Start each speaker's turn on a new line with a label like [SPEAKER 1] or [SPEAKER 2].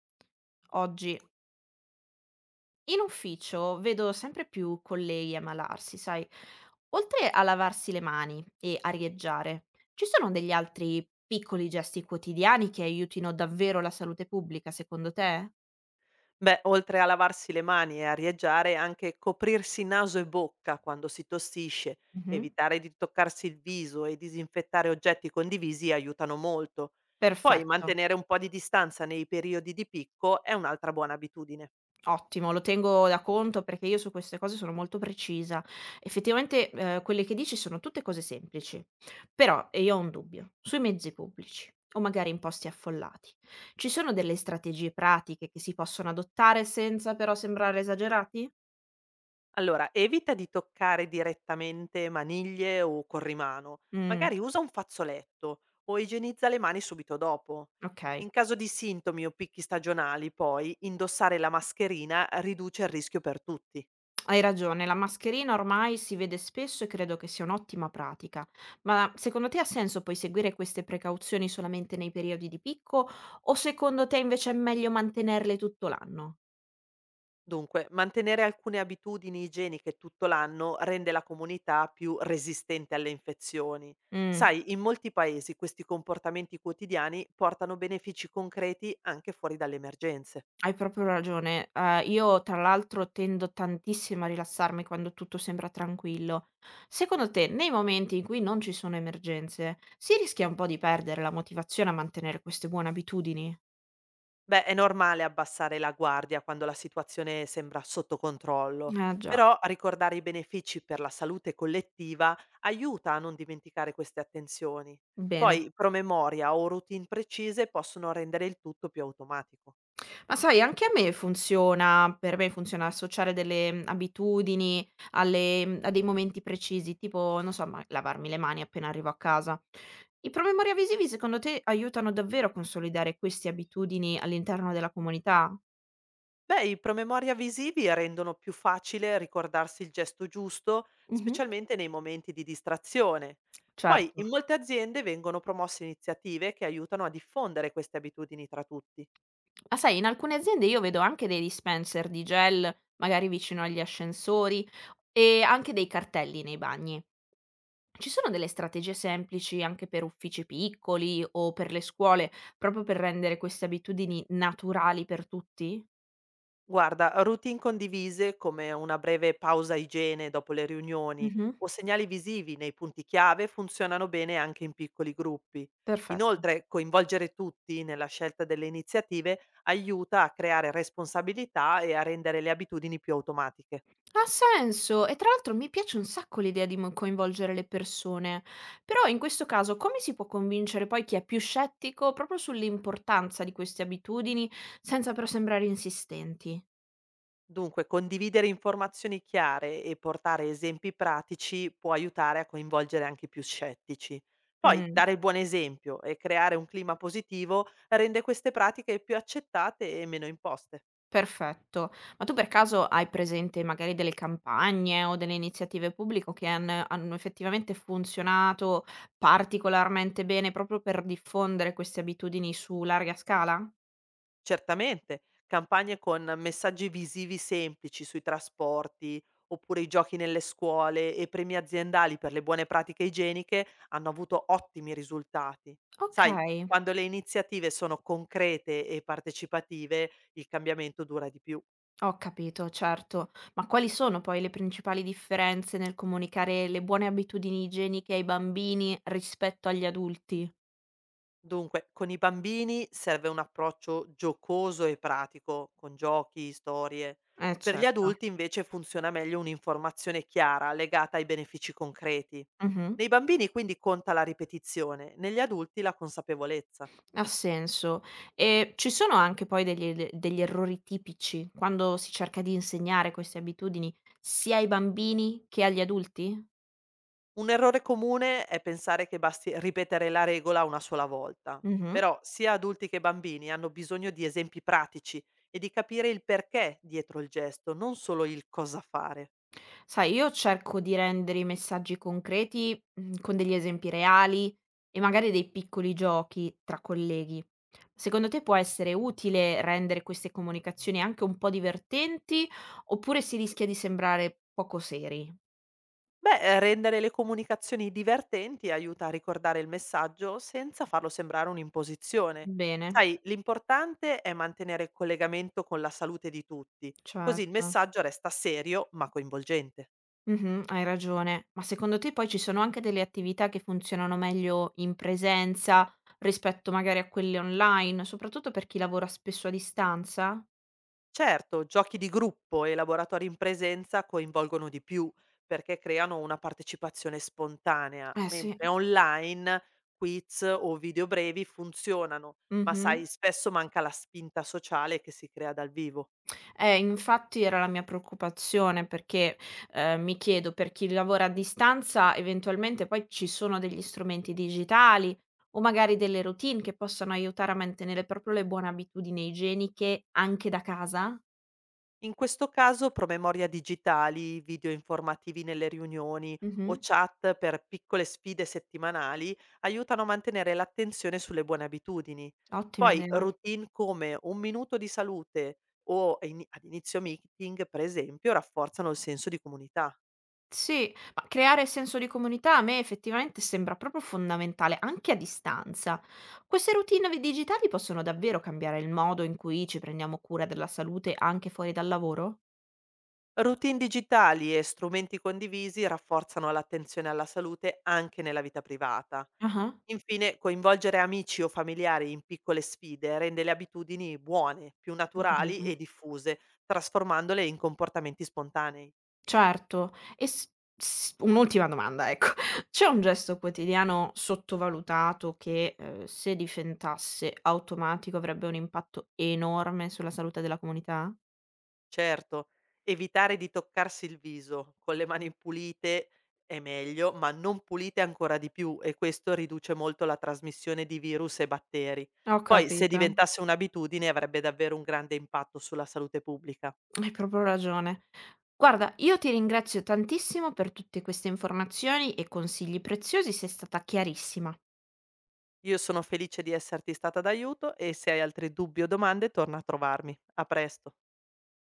[SPEAKER 1] Oggi in ufficio vedo sempre più colleghi ammalarsi, sai, oltre a lavarsi le mani e a arieggiare, ci sono degli altri piccoli gesti quotidiani che aiutino davvero la salute pubblica, secondo te?
[SPEAKER 2] Beh, oltre a lavarsi le mani e arieggiare, anche coprirsi naso e bocca quando si tossisce,
[SPEAKER 1] Mhm.
[SPEAKER 2] evitare di toccarsi il viso e disinfettare oggetti condivisi aiutano molto. Poi
[SPEAKER 1] Perfetto.
[SPEAKER 2] mantenere un po' di distanza nei periodi di picco è un'altra buona abitudine.
[SPEAKER 1] Ottimo, lo tengo da conto perché io su queste cose sono molto precisa. Effettivamente, quelle che dici sono tutte cose semplici, però io ho un dubbio, sui mezzi pubblici o magari in posti affollati, ci sono delle strategie pratiche che si possono adottare senza però sembrare esagerati?
[SPEAKER 2] Allora, evita di toccare direttamente maniglie o corrimano,
[SPEAKER 1] Mh,
[SPEAKER 2] magari usa un fazzoletto o igienizza le mani subito dopo.
[SPEAKER 1] okay.
[SPEAKER 2] In caso di sintomi o picchi stagionali, poi, indossare la mascherina riduce il rischio per tutti.
[SPEAKER 1] Hai ragione, la mascherina ormai si vede spesso e credo che sia un'ottima pratica. Ma secondo te ha senso poi seguire queste precauzioni solamente nei periodi di picco o secondo te invece è meglio mantenerle tutto l'anno?
[SPEAKER 2] Dunque, mantenere alcune abitudini igieniche tutto l'anno rende la comunità più resistente alle infezioni.
[SPEAKER 1] Mh,
[SPEAKER 2] Sai, in molti paesi questi comportamenti quotidiani portano benefici concreti anche fuori dalle emergenze.
[SPEAKER 1] hai proprio ragione. Io tra l'altro tendo tantissimo a rilassarmi quando tutto sembra tranquillo. Secondo te, nei momenti in cui non ci sono emergenze, si rischia un po' di perdere la motivazione a mantenere queste buone abitudini?
[SPEAKER 2] Beh, è normale abbassare la guardia quando la situazione sembra sotto controllo,
[SPEAKER 1] Eh già,
[SPEAKER 2] però ricordare i benefici per la salute collettiva aiuta a non dimenticare queste attenzioni.
[SPEAKER 1] bene.
[SPEAKER 2] Poi promemoria o routine precise possono rendere il tutto più automatico.
[SPEAKER 1] Ma sai, anche a me funziona, per me funziona associare delle, abitudini alle a dei momenti precisi, tipo non so, ma lavarmi le mani appena arrivo a casa. I promemoria visivi secondo te aiutano davvero a consolidare queste abitudini all'interno della comunità?
[SPEAKER 2] Beh, i promemoria visivi rendono più facile ricordarsi il gesto giusto,
[SPEAKER 1] Mh-mh.
[SPEAKER 2] specialmente nei momenti di distrazione. Poi
[SPEAKER 1] Certo.
[SPEAKER 2] in molte aziende vengono promosse iniziative che aiutano a diffondere queste abitudini tra tutti.
[SPEAKER 1] Ma sai, in alcune aziende io vedo anche dei dispenser di gel, magari vicino agli ascensori e anche dei cartelli nei bagni. Ci sono delle strategie semplici anche per uffici piccoli o per le scuole, proprio per rendere queste abitudini naturali per tutti?
[SPEAKER 2] Guarda, routine condivise come una breve pausa igiene dopo le riunioni
[SPEAKER 1] Mhm.
[SPEAKER 2] o segnali visivi nei punti chiave funzionano bene anche in piccoli gruppi.
[SPEAKER 1] Perfetto.
[SPEAKER 2] Inoltre, coinvolgere tutti nella scelta delle iniziative aiuta a creare responsabilità e a rendere le abitudini più automatiche.
[SPEAKER 1] Ha senso, e tra l'altro mi piace un sacco l'idea di coinvolgere le persone, però in questo caso come si può convincere poi chi è più scettico proprio sull'importanza di queste abitudini senza però sembrare insistenti?
[SPEAKER 2] Dunque, condividere informazioni chiare e portare esempi pratici può aiutare a coinvolgere anche i più scettici. Poi,
[SPEAKER 1] Mm.
[SPEAKER 2] dare il buon esempio e creare un clima positivo rende queste pratiche più accettate e meno imposte.
[SPEAKER 1] Perfetto. Ma tu per caso hai presente magari delle campagne o delle iniziative pubbliche che hanno effettivamente funzionato particolarmente bene proprio per diffondere queste abitudini su larga scala?
[SPEAKER 2] Certamente, campagne con messaggi visivi semplici sui trasporti, oppure i giochi nelle scuole e premi aziendali per le buone pratiche igieniche hanno avuto ottimi risultati. Sai,
[SPEAKER 1] Okay,
[SPEAKER 2] quando le iniziative sono concrete e partecipative, il cambiamento dura di più.
[SPEAKER 1] ho capito, certo. Ma quali sono poi le principali differenze nel comunicare le buone abitudini igieniche ai bambini rispetto agli adulti?
[SPEAKER 2] Dunque, con i bambini serve un approccio giocoso e pratico, con giochi, storie.
[SPEAKER 1] Eh
[SPEAKER 2] Per gli
[SPEAKER 1] certo.
[SPEAKER 2] adulti invece funziona meglio un'informazione chiara, legata ai benefici concreti.
[SPEAKER 1] Mh-mh.
[SPEAKER 2] Nei bambini quindi conta la ripetizione, negli adulti la consapevolezza.
[SPEAKER 1] Ha senso. E ci sono anche poi degli ele degli errori tipici quando si cerca di insegnare queste abitudini sia ai bambini che agli adulti?
[SPEAKER 2] Un errore comune è pensare che basti ripetere la regola una sola volta,
[SPEAKER 1] Mh-mh.
[SPEAKER 2] però sia adulti che bambini hanno bisogno di esempi pratici e di capire il perché dietro il gesto, non solo il cosa fare.
[SPEAKER 1] Sai, io cerco di rendere i messaggi concreti, con degli esempi reali e magari dei piccoli giochi tra colleghi. Secondo te può essere utile rendere queste comunicazioni anche un po' divertenti oppure si rischia di sembrare poco seri?
[SPEAKER 2] Beh, rendere le comunicazioni divertenti aiuta a ricordare il messaggio senza farlo sembrare un'imposizione.
[SPEAKER 1] Bene,
[SPEAKER 2] Sai, l'importante è mantenere il collegamento con la salute di tutti, così il
[SPEAKER 1] certo.
[SPEAKER 2] messaggio resta serio ma coinvolgente.
[SPEAKER 1] Mh-mh, hai ragione. Ma secondo te poi ci sono anche delle attività che funzionano meglio in presenza rispetto magari a quelle online, soprattutto per chi lavora spesso a distanza?
[SPEAKER 2] Certo, giochi di gruppo e laboratori in presenza coinvolgono di più perché creano una partecipazione spontanea,
[SPEAKER 1] Eh sì.
[SPEAKER 2] mentre online quiz o video brevi funzionano, ma
[SPEAKER 1] Mh-mh.
[SPEAKER 2] sai, spesso manca la spinta sociale che si crea dal vivo.
[SPEAKER 1] Infatti era la mia preoccupazione perché, mi chiedo, per chi lavora a distanza eventualmente poi ci sono degli strumenti digitali o magari delle routine che possono aiutare a mantenere proprio le buone abitudini igieniche anche da casa?
[SPEAKER 2] In questo caso promemoria digitali, video informativi nelle riunioni o
[SPEAKER 1] Mh-mh.
[SPEAKER 2] chat per piccole sfide settimanali aiutano a mantenere l'attenzione sulle buone abitudini.
[SPEAKER 1] Ottima
[SPEAKER 2] Poi
[SPEAKER 1] idea.
[SPEAKER 2] routine come un minuto di salute o ad inizio meeting, per esempio, rafforzano il senso di comunità.
[SPEAKER 1] Sì, ma creare senso di comunità a me effettivamente sembra proprio fondamentale, anche a distanza. Queste routine digitali possono davvero cambiare il modo in cui ci prendiamo cura della salute anche fuori dal lavoro?
[SPEAKER 2] Routine digitali e strumenti condivisi rafforzano l'attenzione alla salute anche nella vita privata.
[SPEAKER 1] Ah,
[SPEAKER 2] Infine, coinvolgere amici o familiari in piccole sfide rende le abitudini buone, più
[SPEAKER 1] ho
[SPEAKER 2] naturali
[SPEAKER 1] capito.
[SPEAKER 2] e diffuse, trasformandole in comportamenti spontanei.
[SPEAKER 1] Certo. E un'ultima domanda, ecco. C'è un gesto quotidiano sottovalutato che, se diventasse automatico, avrebbe un impatto enorme sulla salute della comunità?
[SPEAKER 2] Certo, evitare di toccarsi il viso con le mani pulite è meglio, ma non pulite ancora di più e questo riduce molto la trasmissione di virus e batteri.
[SPEAKER 1] Ho
[SPEAKER 2] Poi, se
[SPEAKER 1] capito.
[SPEAKER 2] diventasse un'abitudine, avrebbe davvero un grande impatto sulla salute pubblica.
[SPEAKER 1] Hai proprio ragione. Guarda, io ti ringrazio tantissimo per tutte queste informazioni e consigli preziosi, sei stata chiarissima.
[SPEAKER 2] Io sono felice di esserti stata d'aiuto e se hai altri dubbi o domande, torna a trovarmi. A presto.